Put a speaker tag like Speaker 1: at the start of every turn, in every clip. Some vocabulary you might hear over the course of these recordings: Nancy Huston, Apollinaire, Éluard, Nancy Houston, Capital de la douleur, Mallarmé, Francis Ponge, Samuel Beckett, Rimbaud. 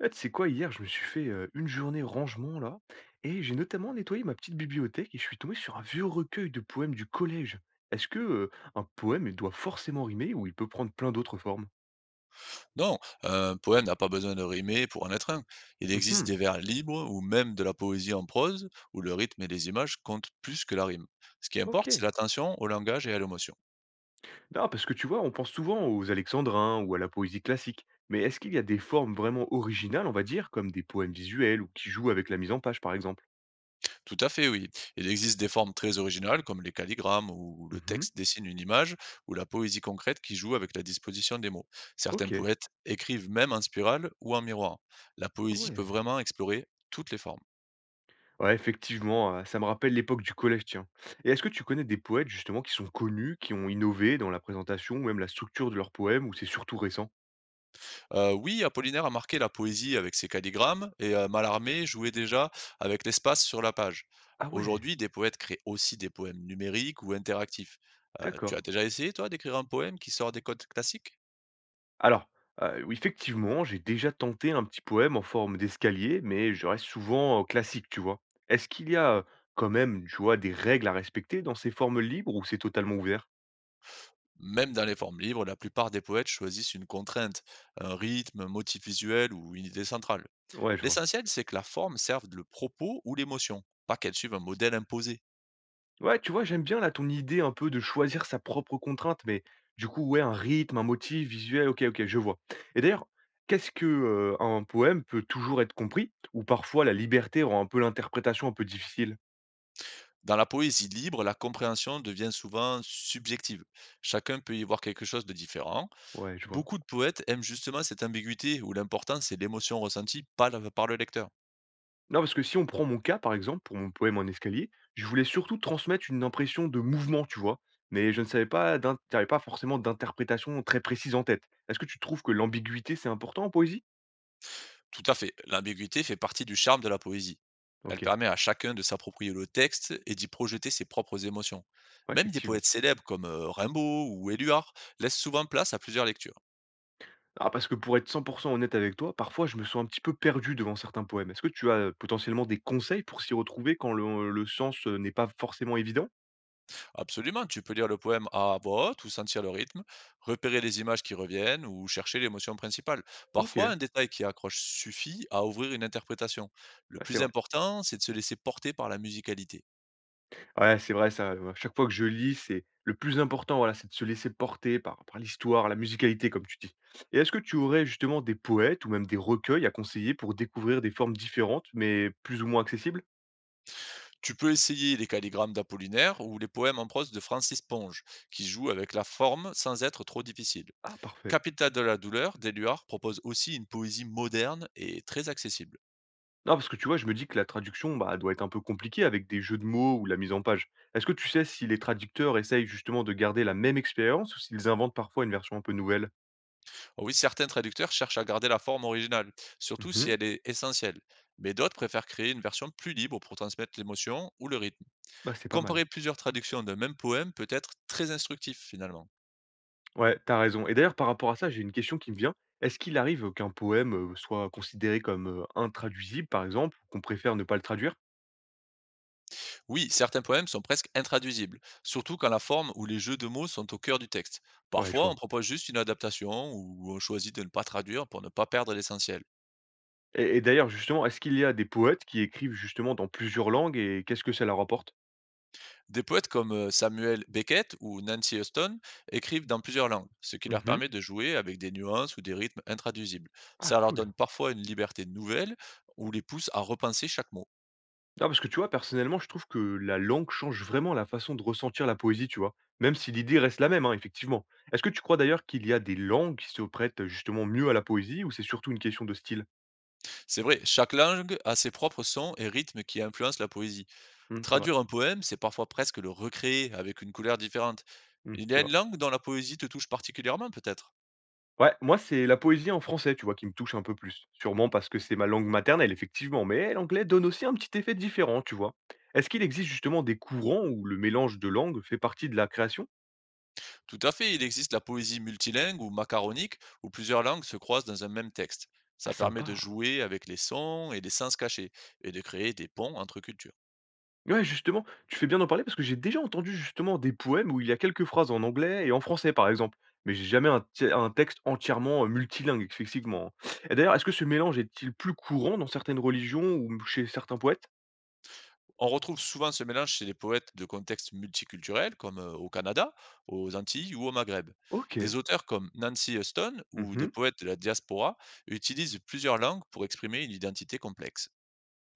Speaker 1: Ah, tu sais quoi, hier, je me suis fait une journée rangement là, et j'ai notamment nettoyé ma petite bibliothèque et je suis tombé sur un vieux recueil de poèmes du collège. Est-ce que un poème il doit forcément rimer ou il peut prendre plein d'autres formes?
Speaker 2: Non, un poème n'a pas besoin de rimer pour en être un. Il existe
Speaker 1: Mhm.
Speaker 2: des vers libres ou même de la poésie en prose où le rythme et les images comptent plus que la rime. Ce qui
Speaker 1: Ok.
Speaker 2: importe, c'est l'attention au langage et à l'émotion.
Speaker 1: Non, parce que tu vois, on pense souvent aux alexandrins ou à la poésie classique, mais est-ce qu'il y a des formes vraiment originales, on va dire, comme des poèmes visuels ou qui jouent avec la mise en page par exemple?
Speaker 2: Tout à fait, oui. Il existe des formes très originales comme les calligrammes où le
Speaker 1: Mhm.
Speaker 2: texte dessine une image ou la poésie concrète qui joue avec la disposition des mots. Certains
Speaker 1: Ok.
Speaker 2: poètes écrivent même en spirale ou en miroir. La
Speaker 1: Ah,
Speaker 2: poésie
Speaker 1: ouais.
Speaker 2: peut vraiment explorer toutes les formes.
Speaker 1: Ouais, effectivement, ça me rappelle l'époque du collège, tiens. Et est-ce que tu connais des poètes justement qui sont connus, qui ont innové dans la présentation ou même la structure de leurs poèmes, ou c'est surtout récent?
Speaker 2: Oui, Apollinaire a marqué la poésie avec ses calligrammes et Mallarmé jouait déjà avec l'espace sur la page.
Speaker 1: Ah ouais,
Speaker 2: Aujourd'hui, des poètes créent aussi des poèmes numériques ou interactifs. Tu
Speaker 1: d'accord.
Speaker 2: as déjà essayé, toi, d'écrire un poème qui sort des codes classiques?
Speaker 1: Alors, oui, effectivement, j'ai déjà tenté un petit poème en forme d'escalier, mais je reste souvent, classique, tu vois? Est-ce qu'il y a, quand même, tu vois, des règles à respecter dans ces formes libres ou c'est totalement ouvert?
Speaker 2: Même dans les formes libres, la plupart des poètes choisissent une contrainte, un rythme, un motif visuel ou une idée centrale.
Speaker 1: Ouais, je vois.
Speaker 2: L'essentiel, c'est que la forme serve le propos ou l'émotion, pas qu'elle suive un modèle imposé.
Speaker 1: Ouais, tu vois, j'aime bien là ton idée un peu de choisir sa propre contrainte, mais du coup, ouais, un rythme, un motif visuel, ok, ok, je vois. Et d'ailleurs, qu'est-ce que un poème peut toujours être compris, ou parfois la liberté rend un peu l'interprétation un peu difficile?
Speaker 2: Dans la poésie libre, la compréhension devient souvent subjective. Chacun peut y voir quelque chose de différent.
Speaker 1: Ouais, je vois.
Speaker 2: Beaucoup de poètes aiment justement cette ambiguïté où l'important c'est l'émotion ressentie par le lecteur.
Speaker 1: Non, parce que si on prend mon cas, par exemple, pour mon poème en escalier, je voulais surtout transmettre une impression de mouvement, tu vois, mais je ne savais pas, j'avais pas forcément d'interprétation très précise en tête. Est-ce que tu trouves que l'ambiguïté, c'est important en poésie?
Speaker 2: Tout à fait, l'ambiguïté fait partie du charme de la poésie. Elle
Speaker 1: Ok,
Speaker 2: permet à chacun de s'approprier le texte et d'y projeter ses propres émotions.
Speaker 1: ouais,
Speaker 2: Même des
Speaker 1: effectivement.
Speaker 2: poètes célèbres comme Rimbaud ou Éluard laissent souvent place à plusieurs lectures.
Speaker 1: Ah, parce que pour être 100 honnête avec toi, parfois je me sens un petit peu perdu devant certains poèmes. Est-ce que tu as, potentiellement des conseils pour s'y retrouver quand le sens, n'est pas forcément évident?
Speaker 2: Absolument, tu peux lire le poème à voix haute ou sentir le rythme, repérer les images qui reviennent ou chercher l'émotion principale.
Speaker 1: OK,
Speaker 2: Parfois,
Speaker 1: ouais,
Speaker 2: un détail qui accroche suffit à ouvrir une interprétation. Le
Speaker 1: c'est
Speaker 2: plus
Speaker 1: vrai.
Speaker 2: important, c'est de se laisser porter par la musicalité.
Speaker 1: Ouais, c'est vrai ça, à chaque fois que je lis, c'est le plus important, voilà, c'est de se laisser porter par l'histoire, la musicalité comme tu dis. Et est-ce que tu aurais justement des poètes ou même des recueils à conseiller pour découvrir des formes différentes mais plus ou moins accessibles?
Speaker 2: Tu peux essayer les calligrammes d'Apollinaire ou les poèmes en prose de Francis Ponge, qui jouent avec la forme sans être trop difficile.
Speaker 1: Ah, parfait.
Speaker 2: Capital de la douleur d'Éluard propose aussi une poésie moderne et très accessible.
Speaker 1: Non, parce que tu vois, je me dis que la traduction, bah, doit être un peu compliquée avec des jeux de mots ou la mise en page. Est-ce que tu sais si les traducteurs essayent justement de garder la même expérience ou s'ils inventent parfois une version un peu nouvelle?
Speaker 2: Oui, certains traducteurs cherchent à garder la forme originale, surtout si
Speaker 1: Mhm.
Speaker 2: elle est essentielle, mais d'autres préfèrent créer une version plus libre pour transmettre l'émotion ou le rythme.
Speaker 1: Bah, c'est pas mal.
Speaker 2: Comparer plusieurs traductions d'un même poème peut être très instructif finalement.
Speaker 1: Ouais, t'as raison. Et d'ailleurs, par rapport à ça, j'ai une question qui me vient. Est-ce qu'il arrive qu'un poème soit considéré comme intraduisible, par exemple, ou qu'on préfère ne pas le traduire?
Speaker 2: Oui, certains poèmes sont presque intraduisibles, surtout quand la forme ou les jeux de mots sont au cœur du texte.
Speaker 1: Ouais, je
Speaker 2: Parfois, on
Speaker 1: vois.
Speaker 2: propose juste une adaptation ou on choisit de ne pas traduire pour ne pas perdre l'essentiel.
Speaker 1: Et d'ailleurs, justement, est-ce qu'il y a des poètes qui écrivent justement dans plusieurs langues et qu'est-ce que ça leur apporte?
Speaker 2: Des poètes comme Samuel Beckett ou Nancy Huston écrivent dans plusieurs langues, ce qui leur
Speaker 1: Mhm.
Speaker 2: permet de jouer avec des nuances ou des rythmes intraduisibles.
Speaker 1: Ah,
Speaker 2: Ça leur
Speaker 1: cool.
Speaker 2: donne parfois une liberté nouvelle ou les pousse à repenser chaque mot.
Speaker 1: Non, parce que tu vois, personnellement, je trouve que la langue change vraiment la façon de ressentir la poésie, tu vois? Même si l'idée reste la même, hein, effectivement. Est-ce que tu crois d'ailleurs qu'il y a des langues qui se prêtent justement mieux à la poésie ou c'est surtout une question de style?
Speaker 2: C'est vrai, chaque langue a ses propres sons et rythmes qui influencent la poésie.
Speaker 1: Mmh, c'est vrai.
Speaker 2: Traduire un poème, c'est parfois presque le recréer avec une couleur différente.
Speaker 1: Mmh,
Speaker 2: Il y
Speaker 1: c'est
Speaker 2: a une
Speaker 1: vrai.
Speaker 2: langue dont la poésie te touche particulièrement peut-être.
Speaker 1: Ouais, moi, c'est la poésie en français, tu vois, qui me touche un peu plus. Sûrement parce que c'est ma langue maternelle, effectivement, mais l'anglais donne aussi un petit effet différent, tu vois? Est-ce qu'il existe justement des courants où le mélange de langues fait partie de la création?
Speaker 2: Tout à fait, il existe la poésie multilingue ou macaronique, où plusieurs langues se croisent dans un même texte.
Speaker 1: Ah,
Speaker 2: Ça permet de
Speaker 1: sympa!
Speaker 2: jouer avec les sons et les sens cachés, et de créer des ponts entre cultures.
Speaker 1: Ouais, justement, tu fais bien d'en parler parce que j'ai déjà entendu justement des poèmes où il y a quelques phrases en anglais et en français, par exemple. Mais j'ai jamais un, un texte entièrement multilingue, effectivement. Et d'ailleurs, est-ce que ce mélange est-il plus courant dans certaines religions ou chez certains poètes?
Speaker 2: On retrouve souvent ce mélange chez les poètes de contextes multiculturels, comme au Canada, aux Antilles ou au Maghreb. Des
Speaker 1: Ok.
Speaker 2: auteurs comme Nancy Huston ou des
Speaker 1: Mhm.
Speaker 2: poètes de la diaspora utilisent plusieurs langues pour exprimer une identité complexe.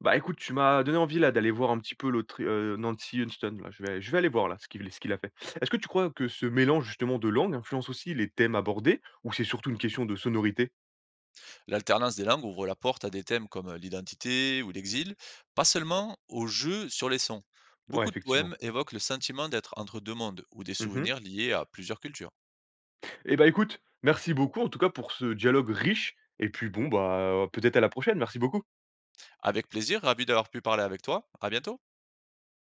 Speaker 1: Bah écoute, tu m'as donné envie là d'aller voir un petit peu l'autre Nancy Houston. Là. Je vais aller voir là ce qu'il a fait. Est-ce que tu crois que ce mélange justement de langues influence aussi les thèmes abordés ou c'est surtout une question de sonorité?
Speaker 2: L'alternance des langues ouvre la porte à des thèmes comme l'identité ou l'exil, pas seulement au jeu sur les sons.
Speaker 1: Ouais,
Speaker 2: Beaucoup de
Speaker 1: effectivement.
Speaker 2: poèmes évoquent le sentiment d'être entre deux mondes ou des
Speaker 1: Mhm.
Speaker 2: souvenirs liés à plusieurs cultures.
Speaker 1: Eh bah, écoute, merci beaucoup en tout cas pour ce dialogue riche et puis bon, bah, peut-être à la prochaine. Merci beaucoup.
Speaker 2: Avec plaisir, ravi d'avoir pu parler avec toi. À bientôt.